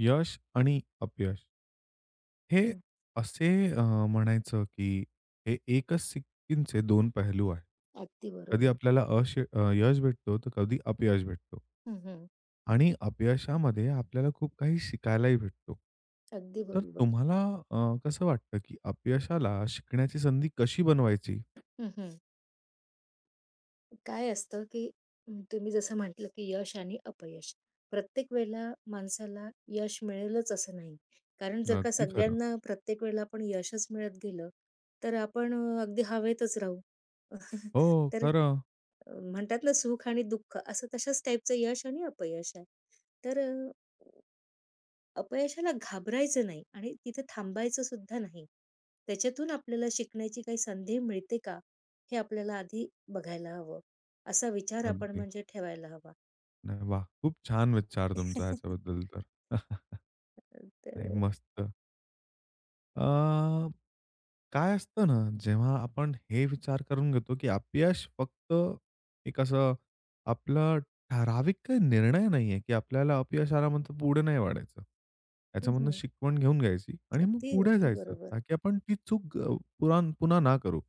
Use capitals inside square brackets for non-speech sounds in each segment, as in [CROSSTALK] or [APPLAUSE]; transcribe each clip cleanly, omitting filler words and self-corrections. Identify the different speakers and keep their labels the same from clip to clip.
Speaker 1: यश आणि अपयश हे
Speaker 2: हं.
Speaker 1: असे अ, म्हणायचं, की हे एकच सिक्कीचे 2 पहलू आहेत.
Speaker 2: अगदी
Speaker 1: कधी
Speaker 2: बरोबर.
Speaker 1: आपल्याला यश भेटतो, तर कधी अपयश भेटतो.
Speaker 2: हं, हं.
Speaker 1: आणि अपयशामध्ये आपल्याला खूप काही शिकायलाही भेटतो.
Speaker 2: अगदी
Speaker 1: तर
Speaker 2: बरोबर.
Speaker 1: तुम्हाला कसं वाटतं, की अपयशाला शिकण्याची संधी कशी बनवायची?
Speaker 2: हं, हं. काय असतं, की तुम्ही जसं म्हटलं, की यश आणि अपयश. प्रत्येक वेळेला माणसाला यश मिळेलच असं नाही. कारण जर का
Speaker 1: अगदी खरं.
Speaker 2: सगळ्यांना प्रत्येक वेळेला आपण यशच मिळत गेलं, तर आपण अगदी हवेतच राहू.
Speaker 1: हो,
Speaker 2: [LAUGHS] तर
Speaker 1: खरं.
Speaker 2: म्हणतात ना, सुख आणि दुःख असं तशाच टाईपचं यश आणि अपयश आहे. तर अपयशाला घाबरायचं नाही आणि तिथे थांबायचं सुद्धा नाही. त्याच्यातून आपल्याला शिकण्याची काही संधी मिळते का? हे आपल्याला आधी बघायला हवं. असा विचार आपण
Speaker 1: अगदी.
Speaker 2: म्हणजे ठेवायला हवा.
Speaker 1: नाही, वाह! खूप छान विचार तुमचा ह्याच्याबद्दल तर. [LAUGHS] नाही,
Speaker 2: तर
Speaker 1: मस्त. अ, काय असतं ना, जेव्हा आपण हे विचार करून घेतो, की अपयश फक्त एक असं आपलं ठराविक काही निर्णय नाहीये, की आपल्याला अपयश आल्यानंतर पुढे नाही वाढायचं.
Speaker 2: हं,
Speaker 1: त्याच्यामधनं
Speaker 2: हं.
Speaker 1: शिकवण घेऊन घ्यायची आणि मग
Speaker 2: अगदी,
Speaker 1: पुढे
Speaker 2: अगदी
Speaker 1: जायचं,
Speaker 2: बरोबर.
Speaker 1: ताकी आपण ती चूक पुरा पुन्हा ना करू.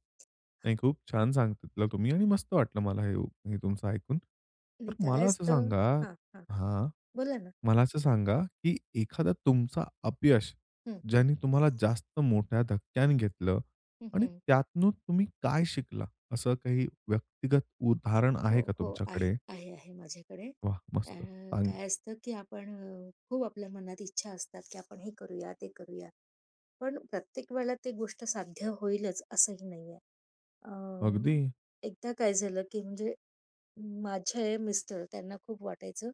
Speaker 1: नाही, खूप छान सांगितलं तुम्ही आणि मस्त वाटलं मला हे हे तुमचं ऐकून.
Speaker 2: आणि
Speaker 1: तर
Speaker 2: काय
Speaker 1: मला असं
Speaker 2: असतं
Speaker 1: सांगा.
Speaker 2: हां, हां.
Speaker 1: हां.
Speaker 2: बोला ना.
Speaker 1: मला असं सांगा, की एखादा तुमचा अपयश,
Speaker 2: हं, हं.
Speaker 1: ज्याने तुम्हाला जास्त मोठ्या धक्क्याने घेतलं
Speaker 2: हं,
Speaker 1: आणि
Speaker 2: हं.
Speaker 1: त्यातनं तुम्ही काय शिकला? असं काही व्यक्तिगत उदाहरण
Speaker 2: हो,
Speaker 1: आहे का
Speaker 2: हो. आहे,
Speaker 1: तुमच्याकडे?
Speaker 2: आहे, आहे माझ्याकडे.
Speaker 1: वाह!
Speaker 2: अ,
Speaker 1: मस्त. सांगा.
Speaker 2: काय असतं की आपण खूप आपल्या मनात इच्छा असतात की आपण हे करूया, ते करूया. पण प्रत्येक वेळेला ते गोष्ट साध्य होईलच असंही नाहीये. अं,
Speaker 1: अगदी.
Speaker 2: एकदा काय झालं, की म्हणजे माझे मिस्टर त्यांना खूप वाटायचं,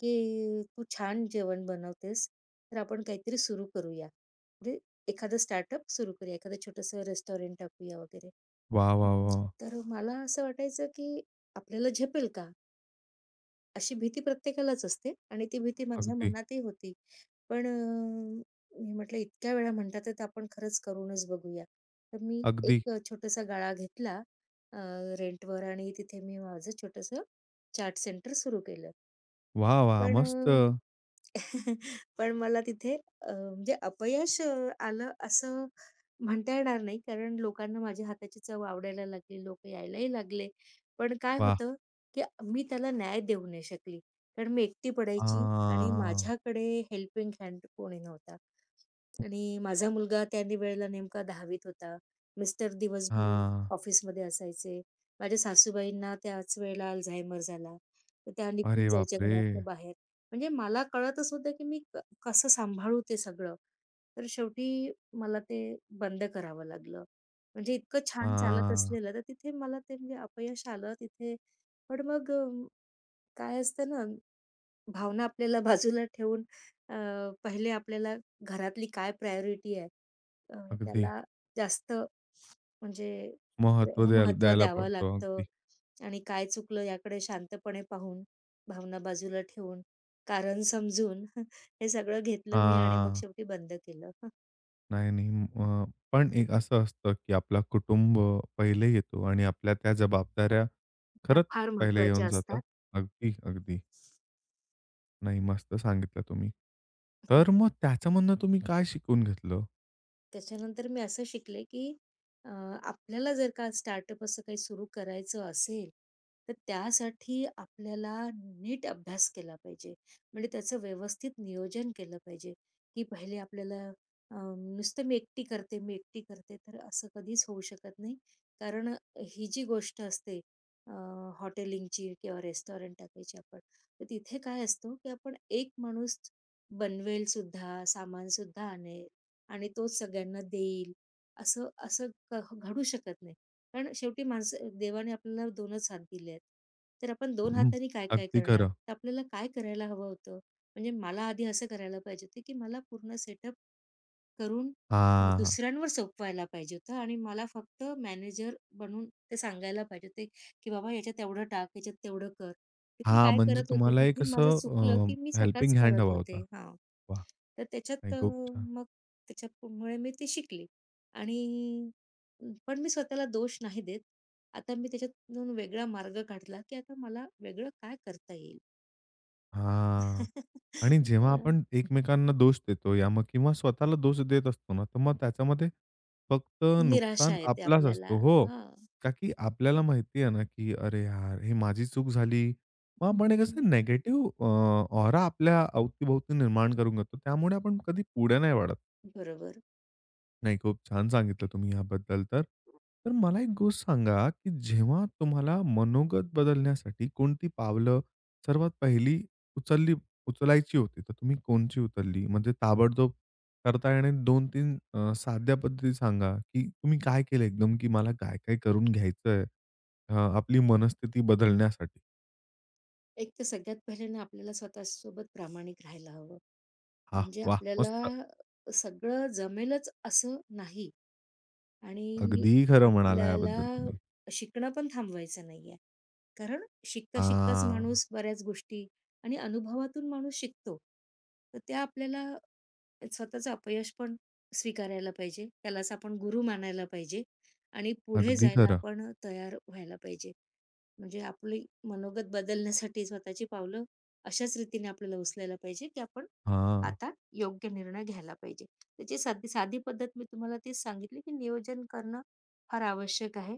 Speaker 2: की तू छान जेवण बनवतेस, तर आपण काहीतरी सुरू करूया. म्हणजे एखादं स्टार्टअप सुरू करूया, एखादं छोटंसं रेस्टॉरंट टाकूया वगैरे.
Speaker 1: वाह, वाह, वाह!
Speaker 2: तर मला असं वाटायचं, की आपल्याला झेपेल का? अशी भीती प्रत्येकालाच असते आणि ती भीती माझ्या
Speaker 1: अगदी,
Speaker 2: मनातही होती. पण मी म्हटलं इतक्या वेळा म्हणतात आहे, तर आपण खरंच करूनच बघूया. तर मी
Speaker 1: अगदी.
Speaker 2: एक छोटासा गाळा घेतला अ, रेंटवर आणि तिथे मी माझं छोटंसं चाट सेंटर सुरू केलं.
Speaker 1: वाह, वाह! मस्त.
Speaker 2: पण [LAUGHS] पण मला तिथे म्हणजे अपयश आलं असं म्हणता येणार नाही, कारण लोकांना माझ्या हाताची चव आवडायला लागली, लोकं यायलाही लागले. पण काय
Speaker 1: वाह!
Speaker 2: होतं, की मी त्याला न्याय देऊ नाही शकली. कारण मी एकटी पडायची आणि
Speaker 1: हां,
Speaker 2: माझ्याकडे हेल्पिंग हँड कोणी नव्हता. आणि माझा मुलगा त्या वेळेला नेमका 10वीत होता. मिस्टर दिवसभर
Speaker 1: हां.
Speaker 2: ऑफिसमध्ये असायचे. माझ्या सासूबाईंना त्याच वेळेला अल्झायमर झाला. तर त्या निघून
Speaker 1: अरे
Speaker 2: जायच्या
Speaker 1: बापरे!
Speaker 2: घरातनं बाहेर. म्हणजे मला कळतच होतं, की मी कसं सांभाळू ते सगळं. तर शेवटी मला ते बंद करावं लागलं. म्हणजे इतकं छान चालत
Speaker 1: हां.
Speaker 2: असलेलं, तर तिथे मला ते म्हणजे अपयश आलं तिथे. पण मग काय असतं ना भावना आपल्याला बाजूला ठेवून पहिले आपल्याला घरातली काय प्रायोरिटी आहे अ,
Speaker 1: अगदी
Speaker 2: त्याला जास्त म्हणजे
Speaker 1: महत्त्व द्यायला
Speaker 2: महत्त्व
Speaker 1: द्यायला
Speaker 2: द्यावं
Speaker 1: पडतो.
Speaker 2: लागतं
Speaker 1: अगदी.
Speaker 2: आणि काय चुकलं याकडे शांतपणे पाहून, भावना बाजूला ठेवून, कारण समजून [LAUGHS] हे सगळं घेतलं मी आणि मग
Speaker 1: हां.
Speaker 2: शेवटी बंद केलं. [LAUGHS]
Speaker 1: नाही, नाही. पण एक असं असतं, की आपला कुटुंब पहिले येतो आणि आपल्या त्या जबाबदाऱ्या
Speaker 2: त्या
Speaker 1: खरंच
Speaker 2: फार
Speaker 1: पहिले
Speaker 2: महत्त्वाच्या
Speaker 1: येऊन
Speaker 2: असतात.
Speaker 1: जातात. अगदी, अगदी. नाही, मस्त सांगितलं तुम्ही. तर मग त्याच्यामधनं तुम्ही काय शिकून घेतलं?
Speaker 2: त्याच्यानंतर मी असं शिकले, की अ, आपल्याला जर का स्टार्टअप असं काही सुरू करायचं असेल, तर त्यासाठी आपल्याला नीट अभ्यास केला पाहिजे. म्हणजे त्याचं व्यवस्थित नियोजन केलं पाहिजे, की पहिले आपल्याला नुसतं मी एकटी करते, मी एकटी करते, तर असं कधीच होऊ शकत नाही. कारण ही जी गोष्ट असते अ, हॉटेलिंगची किंवा रेस्टॉरंट टाकायची आपण, तर तिथे काय असतो, की आपण एक माणूस बनवेल सुद्धा, सामान सुद्धा आणेल. आणि तोच सगळ्यांना देईल, असं असं क घडू शकत नाही. कारण शेवटी माणसं देवाने आपल्याला 2च हात दिले आहेत. तर आपण 2
Speaker 1: हं,
Speaker 2: हातांनी काय-काय
Speaker 1: अगदी
Speaker 2: करणार?
Speaker 1: खरं.
Speaker 2: तर आपल्याला काय करायला हवं होतं? म्हणजे मला आधी असं करायला पाहिजे होतं, की मला पूर्ण सेटअप करून
Speaker 1: हां,
Speaker 2: दुसऱ्यांवर सोपवायला पाहिजे होतं आणि मला फक्त मॅनेजर बनून ते सांगायला पाहिजे होते, की "बाबा याच्यात एवढं टाक, याच्यात तेवढं कर." तिथे
Speaker 1: हां.
Speaker 2: काय
Speaker 1: म्हणजे
Speaker 2: करत होते,
Speaker 1: तुम्हाला एक
Speaker 2: तिथे माझं चुकलं,
Speaker 1: असं
Speaker 2: की मी स्वतःच
Speaker 1: हेल्पिंग हँड
Speaker 2: करत
Speaker 1: हवा
Speaker 2: होते.
Speaker 1: होता.
Speaker 2: हां.
Speaker 1: वाह!
Speaker 2: तर त्याच्यात
Speaker 1: नाही, खूप छान.
Speaker 2: मग त्याच्यामुळे मी ते शिकले आणि पण मी स्वतःला दोष नाही देत. आता मी त्याच्यातून वेगळा मार्ग काढला, की आता मला वेगळं काय करता येईल?
Speaker 1: हां.
Speaker 2: [LAUGHS]
Speaker 1: आणि
Speaker 2: अ,
Speaker 1: जेव्हा आपण एकमेकांना दोष देतो या मग किंवा स्वतःला दोष देत असतो ना, तर मग त्याच्यामध्ये फक्त
Speaker 2: निराशा
Speaker 1: नुकसान
Speaker 2: येते
Speaker 1: आपलाच
Speaker 2: आपल्याला
Speaker 1: असतो. हो.
Speaker 2: हां.
Speaker 1: का की आपल्याला माहिती आहे ना, की "अरे यार! हे माझी चूक झाली." मग
Speaker 2: हं,
Speaker 1: आपण एक
Speaker 2: हं,
Speaker 1: असं निगेटिव्ह ऑरा आपल्या अवतीभोवती निर्माण करून घेतो. त्यामुळे आपण कधी पुढे नाही वाढत.
Speaker 2: बरोबर.
Speaker 1: नाही, खूप छान सांगितलं तुम्ही याबद्दल तर. तर मला एक गोष्ट सांगा, की जेव्हा तुम्हाला मनोगत बदलण्यासाठी कोणती पावलं सर्वात पहिली उचलली उचलायची होती, तर तुम्ही कोणची उचलली? म्हणजे ताबडतोब करता येणारे 2-3 साध्या पद्धती सांगा, की तुम्ही काय केलं एकदम, की मला काय-काय करून घ्यायचंय आपली मनस्थिती बदलण्यासाठी?
Speaker 2: एक तर सगळ्यात पहिले ना आपल्याला स्वतःसोबत प्रामाणिक राहायला हवं.
Speaker 1: हां,
Speaker 2: म्हणजे
Speaker 1: वाह! मस्त.
Speaker 2: आपल्याला सगळं जमेलच असं नाही. आणि
Speaker 1: अगदी खरं म्हणाला
Speaker 2: आपल्याला
Speaker 1: याबद्दल तुम्ही.
Speaker 2: शिकणं पण थांबवायचं नाहीये. कारण शिकता-शिकताच
Speaker 1: हां,
Speaker 2: माणूस बऱ्याच गोष्टी आणि अनुभवातून माणूस शिकतो. तर त्या आपल्याला स्वतःचं अपयश पण स्वीकारायला पाहिजे. त्यालाच आपण गुरु मानायला पाहिजे आणि पुढे
Speaker 1: अगदी
Speaker 2: जायला
Speaker 1: खरं.
Speaker 2: आपण तयार व्हायला पाहिजे. म्हणजे आपली मनोगत बदलण्यासाठी स्वतःची पावलं अशाच रीतीने आपल्याला उचलायला पाहिजे, की आपण
Speaker 1: हां,
Speaker 2: आता योग्य निर्णय घ्यायला पाहिजे. त्याची साधी साधी पद्धत मी तुम्हाला तीच सांगितली, की नियोजन करणं फार आवश्यक आहे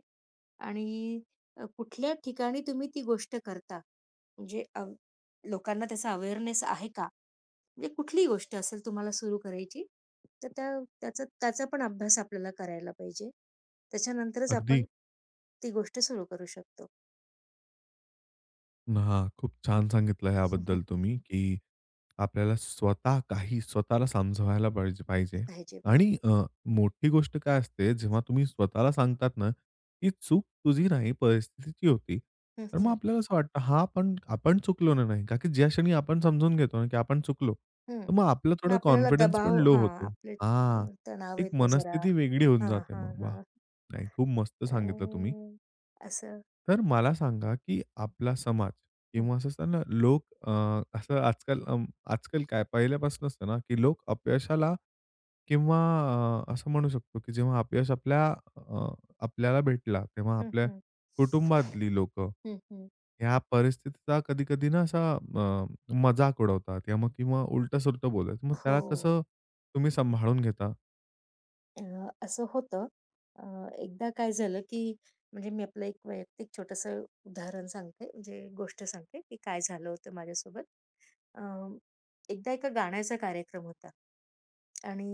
Speaker 2: आणि कुठल्या ठिकाणी तुम्ही ती गोष्ट करता, म्हणजे लोकांना त्याचा अवेअरनेस आहे का? म्हणजे कुठलीही गोष्ट असेल तुम्हाला सुरू करायची, तर त्याचा पण अभ्यास आपल्याला करायला पाहिजे. त्याच्यानंतरच आपण
Speaker 1: अगदी.
Speaker 2: ती गोष्ट सुरू करू शकतो.
Speaker 1: हां, खूप छान सांगितलं ह्याबद्दल
Speaker 2: [LAUGHS]
Speaker 1: तुम्ही, की आपल्याला स्वतः काही स्वतःला समजवायला पाहिजे पाहिजे.
Speaker 2: पाहिजे.
Speaker 1: आणि मोठी गोष्ट काय असते, जेव्हा तुम्ही स्वतःला सांगतात ना, की चूक तुझी नाही, परिस्थितीची होती.
Speaker 2: हं,
Speaker 1: तर मग
Speaker 2: हं.
Speaker 1: आपल्याला असं वाटतं, हां, पण आपण चुकलो ना नाही. का की ज्या क्षणी आपण समजून घेतो ना, की आपण चुकलो,
Speaker 2: हं.
Speaker 1: तर मग आपला
Speaker 2: मग
Speaker 1: थोडा
Speaker 2: आपल्याला
Speaker 1: कॉन्फिडन्स पण
Speaker 2: दबाव
Speaker 1: लो
Speaker 2: हां,
Speaker 1: होतो.
Speaker 2: आपले
Speaker 1: हां,
Speaker 2: तणाव
Speaker 1: एक
Speaker 2: येतो जरा.
Speaker 1: मनस्थिती वेगळी होऊन
Speaker 2: हां,
Speaker 1: जाते
Speaker 2: हां,
Speaker 1: मग. वाह!
Speaker 2: हां.
Speaker 1: नाही, खूप मस्त सांगितलं तुम्ही.
Speaker 2: अ, असं
Speaker 1: तर मला सांगा, की आपला समाज
Speaker 2: हं,
Speaker 1: किंवा असं असतं ना, लोक असं आजकाल काय पहिल्यापासून असतं ना, की लोक अपयशाला किंवा असं म्हणू शकतो, की जेव्हा अपयश अ, आपल्याला भेटला, तेव्हा
Speaker 2: हं,
Speaker 1: आपल्या
Speaker 2: हं.
Speaker 1: कुटुंबातली लोकं
Speaker 2: हं, हं.
Speaker 1: ह्या परिस्थितीचा कधी-कधी ना असा मजाक उडवतात, किंवा उलटं-सुलटं बोलतात. मग त्याला
Speaker 2: हो.
Speaker 1: कसं तुम्ही सांभाळून घेता?
Speaker 2: अ, असं होतं. अ, एकदा काय झालं, की म्हणजे मी आपलं एक वैयक्तिक छोटंसं उदाहरण सांगते, म्हणजे गोष्ट सांगते, की काय झालं होतं माझ्यासोबत. अ, एकदा एका गाण्याचा कार्यक्रम होता आणि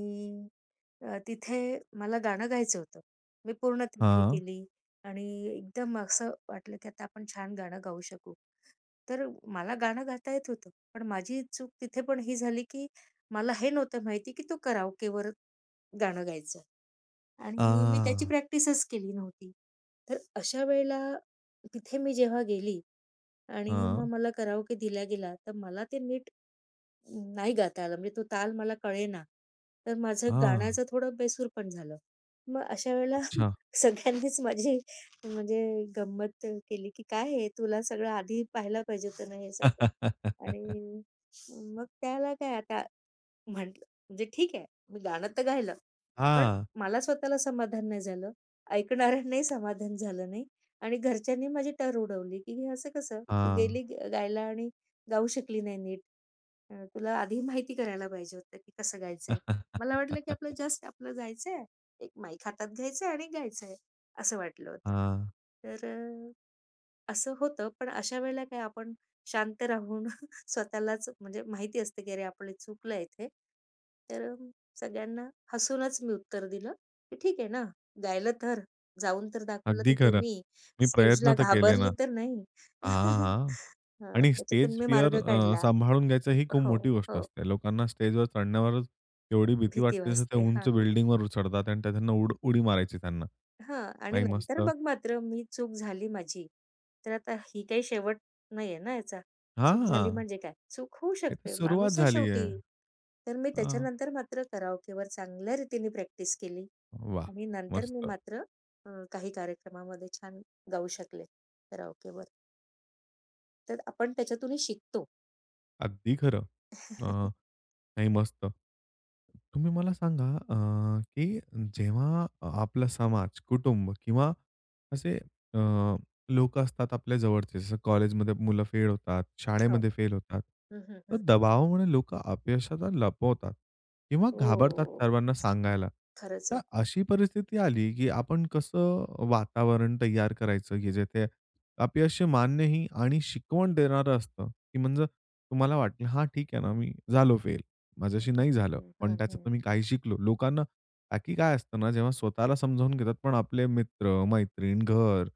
Speaker 2: तिथे मला गाणं गायचं होतं. मी पूर्ण तयारी
Speaker 1: हां.
Speaker 2: केली आणि एकदम असं वाटलं, की आता आपण छान गाणं गाऊ शकू. तर मला गाणं गाता येत होतं, पण माझी चूक तिथे पण ही झाली, की मला हे नव्हतं माहिती, की तो कराओकेवर गाणं गायचं आणि मी त्याची
Speaker 1: हां,
Speaker 2: प्रॅक्टिसच केली नव्हती. तर अशा वेळेला तिथे मी जेव्हा गेली, आणि मग
Speaker 1: हां.
Speaker 2: मला कराओके दिला गेला, तर मला ते नीट नाही गाता आलं, म्हणजे तो ताल मला कळेना. तर माझं गाण्याचं थोडं बेसूरपण झालं. मग अशा वेळेला [LAUGHS]
Speaker 1: अच्छा.
Speaker 2: सगळ्यांनीच माझी म्हणजे गंमत केली, की "काय हे तुला सगळं आधी पाहायला पाहिजे होतं ना हे सगळं."
Speaker 1: [LAUGHS]
Speaker 2: आणि मग त्याला काय आता म्हटलं म्हणजे ठीक आहे, मी गाणं तर गायलं, पण
Speaker 1: हां,
Speaker 2: मला स्वतःला समाधान नाही झालं, ऐकणाऱ्यांनाही समाधान झालं नाही आणि घरच्यांनी माझी टर उडवली, की "हे असं कसं? तू
Speaker 1: हां.
Speaker 2: गेली गायला आणि गाऊ शकली नाही नीट. तुला आधी माहिती करायला पाहिजे होतं, की कसं गायचंय." मला वाटलं, की
Speaker 1: [LAUGHS]
Speaker 2: आपलं जस्ट आपलं जायचंय, एक माईक हातात घ्यायचंय आणि गायचंय, असं वाटलं होतं.
Speaker 1: हां,
Speaker 2: तर अ असं होतं. पण अशा वेळेला काय आपण शांत राहून [LAUGHS] स्वतःलाच म्हणजे माहिती असते, की अरे आपलं चुकलं इथे. तर सगळ्यांना हसूनच मी उत्तर दिलं, की "ठीक आहे ना, गायलं तर, जाऊन तर दाखवलं
Speaker 1: अगदी
Speaker 2: तिथे
Speaker 1: खरं.
Speaker 2: मी,
Speaker 1: मी
Speaker 2: स्टेजला
Speaker 1: प्रयत्न तर केले
Speaker 2: घाबरली
Speaker 1: ना.
Speaker 2: तर नाही."
Speaker 1: हां, हां.
Speaker 2: [LAUGHS] हां,
Speaker 1: आणि
Speaker 2: त्याच्यातून
Speaker 1: स्टेज
Speaker 2: मी
Speaker 1: फिअर
Speaker 2: मार्ग काढला.
Speaker 1: सांभाळून घ्यायचं ही खूप
Speaker 2: हो,
Speaker 1: मोठी गोष्ट
Speaker 2: हो.
Speaker 1: असते. लोकांना स्टेजवर चढण्यावरच एवढी भीती
Speaker 2: भीती
Speaker 1: वाटते, जसं ते
Speaker 2: वाचते.
Speaker 1: उंच
Speaker 2: हां.
Speaker 1: बिल्डिंगवर उचडतात आणि त्यांना उडी मारायची त्यांना.
Speaker 2: हां. आणि
Speaker 1: नाही, मस्त.
Speaker 2: नंतर मग मात्र मी चूक झाली माझी, तर आता ही काही शेवट नाहीये ना याचा. चूक झाली
Speaker 1: हां,
Speaker 2: म्हणजे काय? चूक होऊ
Speaker 1: हे तर
Speaker 2: शकते,
Speaker 1: सुरुवात
Speaker 2: माणूस आहे
Speaker 1: झाली
Speaker 2: शेवटी.
Speaker 1: आहे.
Speaker 2: तर मी
Speaker 1: हां,
Speaker 2: त्याच्यानंतर मात्र कराओकेवर चांगल्या रीतीने प्रॅक्टिस केली
Speaker 1: वाह!
Speaker 2: आणि नंतर मी
Speaker 1: मस्त.
Speaker 2: मात्र काही कार्यक्रमामध्ये छान गाऊ शकले कराओकेवर. तर आपण त्याच्यातूनही शिकतो.
Speaker 1: अगदी खरं. अ
Speaker 2: [LAUGHS]
Speaker 1: नाही, मस्त. तुम्ही मला सांगा, की जेव्हा आपला समाज, कुटुंब किंवा असे अ, लोकं असतात आपल्या जवळचे, जसं कॉलेजमध्ये मुलं फेल होतात,
Speaker 2: हो.
Speaker 1: शाळेमध्ये फेल होतात.
Speaker 2: हं, हं,
Speaker 1: तर
Speaker 2: हं, हं.
Speaker 1: दबावामुळे लोकं अपयशाला लपवतात किंवा घाबरतात
Speaker 2: हो.
Speaker 1: सर्वांना सांगायला.
Speaker 2: खरंच आहे.
Speaker 1: तर अशी परिस्थिती आली, की आपण कसं वातावरण तयार करायचं, की जेथे अपयश मान्यही आणि शिकवण देणारं असतं, की म्हणजे तुम्हाला वाटलं, "हां, ठीक आहे ना, मी झालो फेल."
Speaker 2: हं,
Speaker 1: माझ्याशी नाही
Speaker 2: हं,
Speaker 1: झालं. पण
Speaker 2: हं, हं.
Speaker 1: त्याच्यातनं मी काही शिकलो. लोकांना बाकी काय असतं ना, जेव्हा स्वतःला समजावून घेतात, पण आपले मित्र, मैत्रीण, घर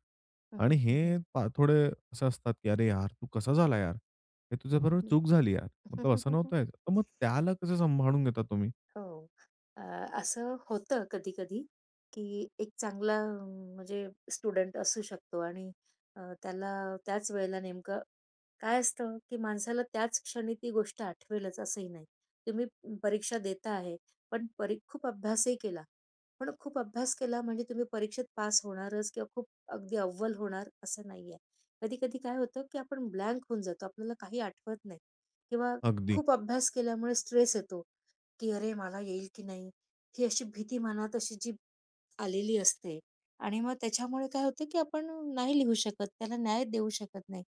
Speaker 2: हं,
Speaker 1: आणि
Speaker 2: हं. हं,
Speaker 1: हे थोडे असं असतात, की "अरे यार, तू कसा झाला यार? हे तुझ्याबरोबर चूक झाली यार.
Speaker 2: हं,
Speaker 1: मतलब
Speaker 2: हं,
Speaker 1: असं
Speaker 2: हं.
Speaker 1: नव्हतं याचं." तर मग त्याला कसं सांभाळून घेता तुम्ही?
Speaker 2: हो. अ, असं होतं कधी-कधी, की एक चांगला म्हणजे स्टुडंट असू शकतो आणि त्याला त्याच वेळेला नेमकं काय असतं, की माणसाला त्याच क्षणी ती गोष्ट आठवेलच असंही नाही. तुम्ही परीक्षा देता आहे, पण खूप अभ्यासही केला. पण खूप अभ्यास केला म्हणजे तुम्ही परीक्षेत पास होणारच किंवा खूप अगदी अव्वल होणार असं नाहीये. कधी-कधी काय होतं, की आपण ब्लँक होऊन जातो. आपल्याला काही आठवत नाही किंवा
Speaker 1: अगदी.
Speaker 2: खूप अभ्यास केल्यामुळे स्ट्रेस येतो. की "अरे, मला येईल की नाही?" ही अशी भीती मनात अशी जी आलेली असते आणि मग त्याच्यामुळे काय होतं की आपण नाही लिहू शकत, त्याला न्याय देऊ शकत नाही.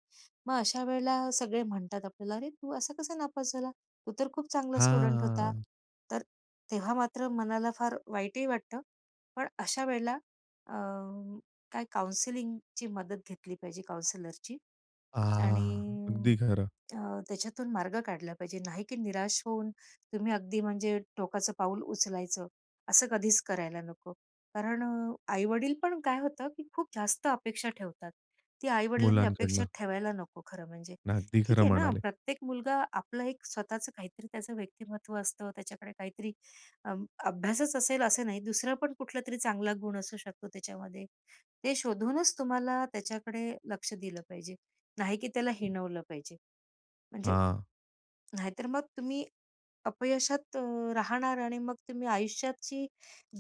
Speaker 2: मग अशा वेळेला सगळे म्हणतात आपल्याला, "अरे, तू असा कसा नापास झाला? तू तर खूप चांगला स्टुडंट होता."
Speaker 1: हां.
Speaker 2: तर तेव्हा मात्र मनाला फार वाईटही वाटतं. पण अशा वेळेला अ, काय काउन्सिलिंगची मदत घेतली पाहिजे काउन्सिलरची. आणि
Speaker 1: हां. अगदी खरं.
Speaker 2: अ, त्याच्यातून मार्ग काढला पाहिजे. नाही की निराश होऊन तुम्ही अगदी म्हणजे टोकाचं पाऊल उचलायचं, असं कधीच करायला नको. कारण आई-वडील पण काय होतं, की खूप जास्त अपेक्षा ठेवतात. ती आई-वडिलांनी अपेक्षा
Speaker 1: मुलांकडनं.
Speaker 2: ठेवायला नको खरं म्हणजे.
Speaker 1: ना, अगदी
Speaker 2: ठीक
Speaker 1: खरं
Speaker 2: आहे ना,
Speaker 1: म्हणाले.
Speaker 2: प्रत्येक मुलगा आपलं एक स्वतःचं काहीतरी त्याचं व्यक्तिमत्त्व असतं, त्याच्याकडे काहीतरी अभ्यासच असेल असं नाही, दुसरा पण कुठलातरी चांगला गुण असू शकतो त्याच्यामध्ये. ते शोधूनच तुम्हाला त्याच्याकडे लक्ष दिलं पाहिजे. नाही की त्याला हिणवलं पाहिजे. म्हणजे
Speaker 1: हां.
Speaker 2: नाहीतर मग तुम्ही अपयशात राहणार आणि मग तुम्ही आयुष्याची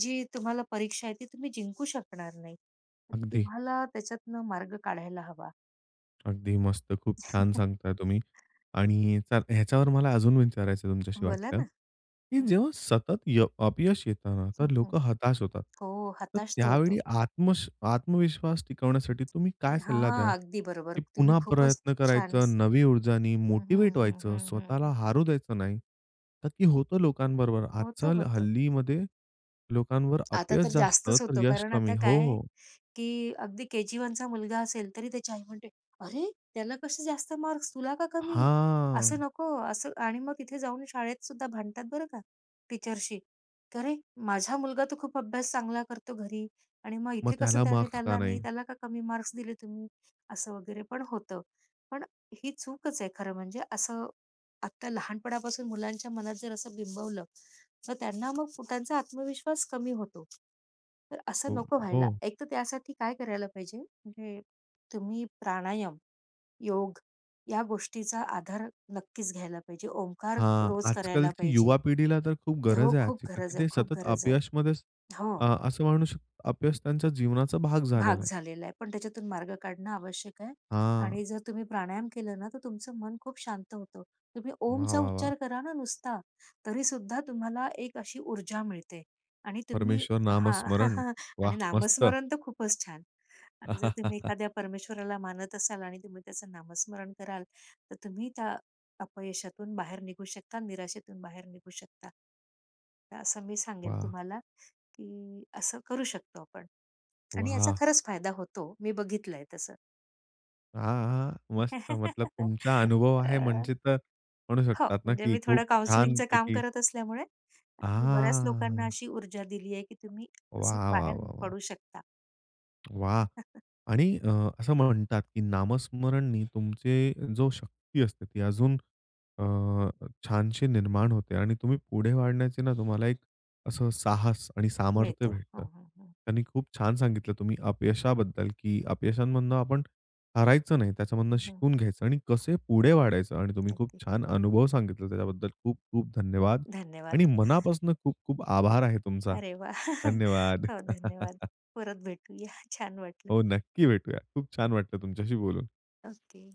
Speaker 2: जी तुम्हाला परीक्षा आहे ती तुम्ही जिंकू शकणार नाही.
Speaker 1: अगदी,
Speaker 2: तुम्हाला त्याच्यातनं मार्ग काढायला हवा.
Speaker 1: अगदी मस्त. खूप छान सांगताय तुम्ही. आणि ह्याच्यावर मला अजून विचारायचं तुमच्याशी
Speaker 2: बोला
Speaker 1: वाटतं,
Speaker 2: ना.
Speaker 1: की
Speaker 2: हं,
Speaker 1: जेव्हा सतत अपयश येतं ना,
Speaker 2: हं,
Speaker 1: तर
Speaker 2: हं.
Speaker 1: लोकं हताश होतात.
Speaker 2: हो,
Speaker 1: तर
Speaker 2: हताश तर
Speaker 1: त्यावेळी
Speaker 2: होतो.
Speaker 1: आत्मविश्वास टिकवण्यासाठी तुम्ही काय सल्ला
Speaker 2: हां,
Speaker 1: द्याल?
Speaker 2: अगदी बरोबर.
Speaker 1: की
Speaker 2: तुम्ही
Speaker 1: पुन्हा
Speaker 2: खूपच
Speaker 1: प्रयत्न
Speaker 2: छान
Speaker 1: करायचा, नवी ऊर्जानी
Speaker 2: हं, हं,
Speaker 1: मोटिवेट
Speaker 2: हं,
Speaker 1: व्हायचं,
Speaker 2: हं, हं,
Speaker 1: स्वतःला
Speaker 2: हं.
Speaker 1: हारू द्यायचं नाही. का की होतं लोकांबरोबर
Speaker 2: होतं,
Speaker 1: आजकाल
Speaker 2: होतं.
Speaker 1: हल्लीमध्ये लोकांवर
Speaker 2: आता
Speaker 1: अपयश
Speaker 2: तर
Speaker 1: जास्त,
Speaker 2: जास्तच
Speaker 1: तर
Speaker 2: होतो
Speaker 1: यश
Speaker 2: कारण आता
Speaker 1: कमी. हो,
Speaker 2: काय
Speaker 1: हो.
Speaker 2: की अगदी के-जी-1चा मुलगा असेल, तरी त्याची आई म्हणते, "अरे, त्याला कसे जास्त मार्क्स, तुला का कमी?" असं
Speaker 1: हां.
Speaker 2: नको, असं आणि मग तिथे जाऊन शाळेत सुद्धा भांडतात बरं का टीचरशी, की "अरे, माझा मुलगा तर खूप अभ्यास चांगला करतो घरी आणि मग
Speaker 1: मग
Speaker 2: इथे कसं
Speaker 1: त्याला
Speaker 2: त्याने
Speaker 1: मार्क्स का
Speaker 2: त्याला नाही,
Speaker 1: नाही?
Speaker 2: त्याला का कमी मार्क्स दिले तुम्ही?" असं वगैरे पण होतं. पण ही चूकच आहे खरं म्हणजे. असं आत्ता लहानपणापासून मुलांच्या मनात जर असं बिंबवलं मग त्यांचा आत्मविश्वास कमी होतो. तर असं
Speaker 1: हो,
Speaker 2: नको
Speaker 1: हो.
Speaker 2: व्हायला. एक तर त्यासाठी काय करायला पाहिजे, म्हणजे तुम्ही प्राणायाम, योग या गोष्टीचा आधार नक्कीच घ्यायला पाहिजे. ओंकार
Speaker 1: हां,
Speaker 2: रोज करायला
Speaker 1: आजकालची
Speaker 2: पाहिजे.
Speaker 1: युवा पिढीला तर खूप
Speaker 2: हो,
Speaker 1: गरज आहे
Speaker 2: खूप
Speaker 1: याची, का
Speaker 2: गरज
Speaker 1: की
Speaker 2: आहे,
Speaker 1: ते
Speaker 2: खूप
Speaker 1: सतत
Speaker 2: गरज आहे.
Speaker 1: अपयशमध्येच.
Speaker 2: हो.
Speaker 1: असं म्हणू शकतो, अपयश त्यांच्या जीवनाचा भाग
Speaker 2: भाग
Speaker 1: झालेला आहे.
Speaker 2: झालेला आहे. पण त्याच्यातून मार्ग काढणं आवश्यक आहे
Speaker 1: हां.
Speaker 2: आणि जर तुम्ही प्राणायाम केलं ना, तर तुमचं मन खूप शांत होतं. तुम्ही
Speaker 1: वाह,
Speaker 2: ओमचा
Speaker 1: वाह, वाह!
Speaker 2: उच्चार करा ना नुसता, तरी सुद्धा तुम्हाला एक अशी ऊर्जा मिळते आणि तुम्ही
Speaker 1: परमेश्वर
Speaker 2: हां.
Speaker 1: नामस्मरण.
Speaker 2: [LAUGHS] आणि
Speaker 1: वाह! मस्त.
Speaker 2: नामस्मरण तर खूपच छान. आणि जर तुम्ही
Speaker 1: [LAUGHS]
Speaker 2: एखाद्या परमेश्वराला मानत असाल आणि तुम्ही त्याचं नामस्मरण कराल, तर तुम्ही त्या अपयशातून बाहेर निघू शकता, निराशेतून बाहेर निघू शकता. तर असं मी सांगेन
Speaker 1: वाह!
Speaker 2: तुम्हाला, की असं करू शकतो आपण. आणि याचा
Speaker 1: वाह!
Speaker 2: खरंच फायदा होतो. मी बघितलंय तसं.
Speaker 1: हां, हां. मस्त, मतलब
Speaker 2: [LAUGHS]
Speaker 1: तुमचा अनुभव आहे
Speaker 2: अ,
Speaker 1: म्हणजे, तर म्हणू
Speaker 2: हो,
Speaker 1: शकतात ना,
Speaker 2: म्हणजे
Speaker 1: की
Speaker 2: मी थोडं
Speaker 1: खूप
Speaker 2: काउन्सिलिंगचं काम
Speaker 1: छानपैकी.
Speaker 2: करत असल्यामुळे मी बऱ्याच लोकांना
Speaker 1: हां.
Speaker 2: अशी ऊर्जा दिली आहे, की तुम्ही असं
Speaker 1: वाह, वाह,
Speaker 2: बाहेर
Speaker 1: वाह, वाह!
Speaker 2: पडू शकता.
Speaker 1: वाह! आणि असं म्हणतात, की नामस्मरणनी तुमची जो शक्ती असते, ती अजून अ, छानशी निर्माण होते आणि तुम्ही पुढे वाढण्याची ना तुम्हाला एक असं साहस आणि सामर्थ्य
Speaker 2: मिळतो.
Speaker 1: भेटतं.
Speaker 2: हं, हं, हं.
Speaker 1: त्यांनी खूप छान सांगितलं तुम्ही अपयशाबद्दल, की अपयशांमधनं आपण हरायचं नाही, त्याच्यामधनं
Speaker 2: हं,
Speaker 1: शिकून घ्यायचं आणि कसे पुढे वाढायचं. आणि तुम्ही खूप
Speaker 2: अगदी.
Speaker 1: छान अनुभव सांगितला त्याच्याबद्दल खूप खूप धन्यवाद
Speaker 2: धन्यवाद.
Speaker 1: आणि
Speaker 2: [LAUGHS]
Speaker 1: मनापासून खूप खूप आभार आहे तुमचा.
Speaker 2: अरे वाह! [LAUGHS]
Speaker 1: धन्यवाद.
Speaker 2: हो, धन्यवाद. परत भेटूया. छान वाटलं.
Speaker 1: हो, नक्की भेटूया. खूप छान वाटलं तुमच्याशी बोलून.
Speaker 2: ओके.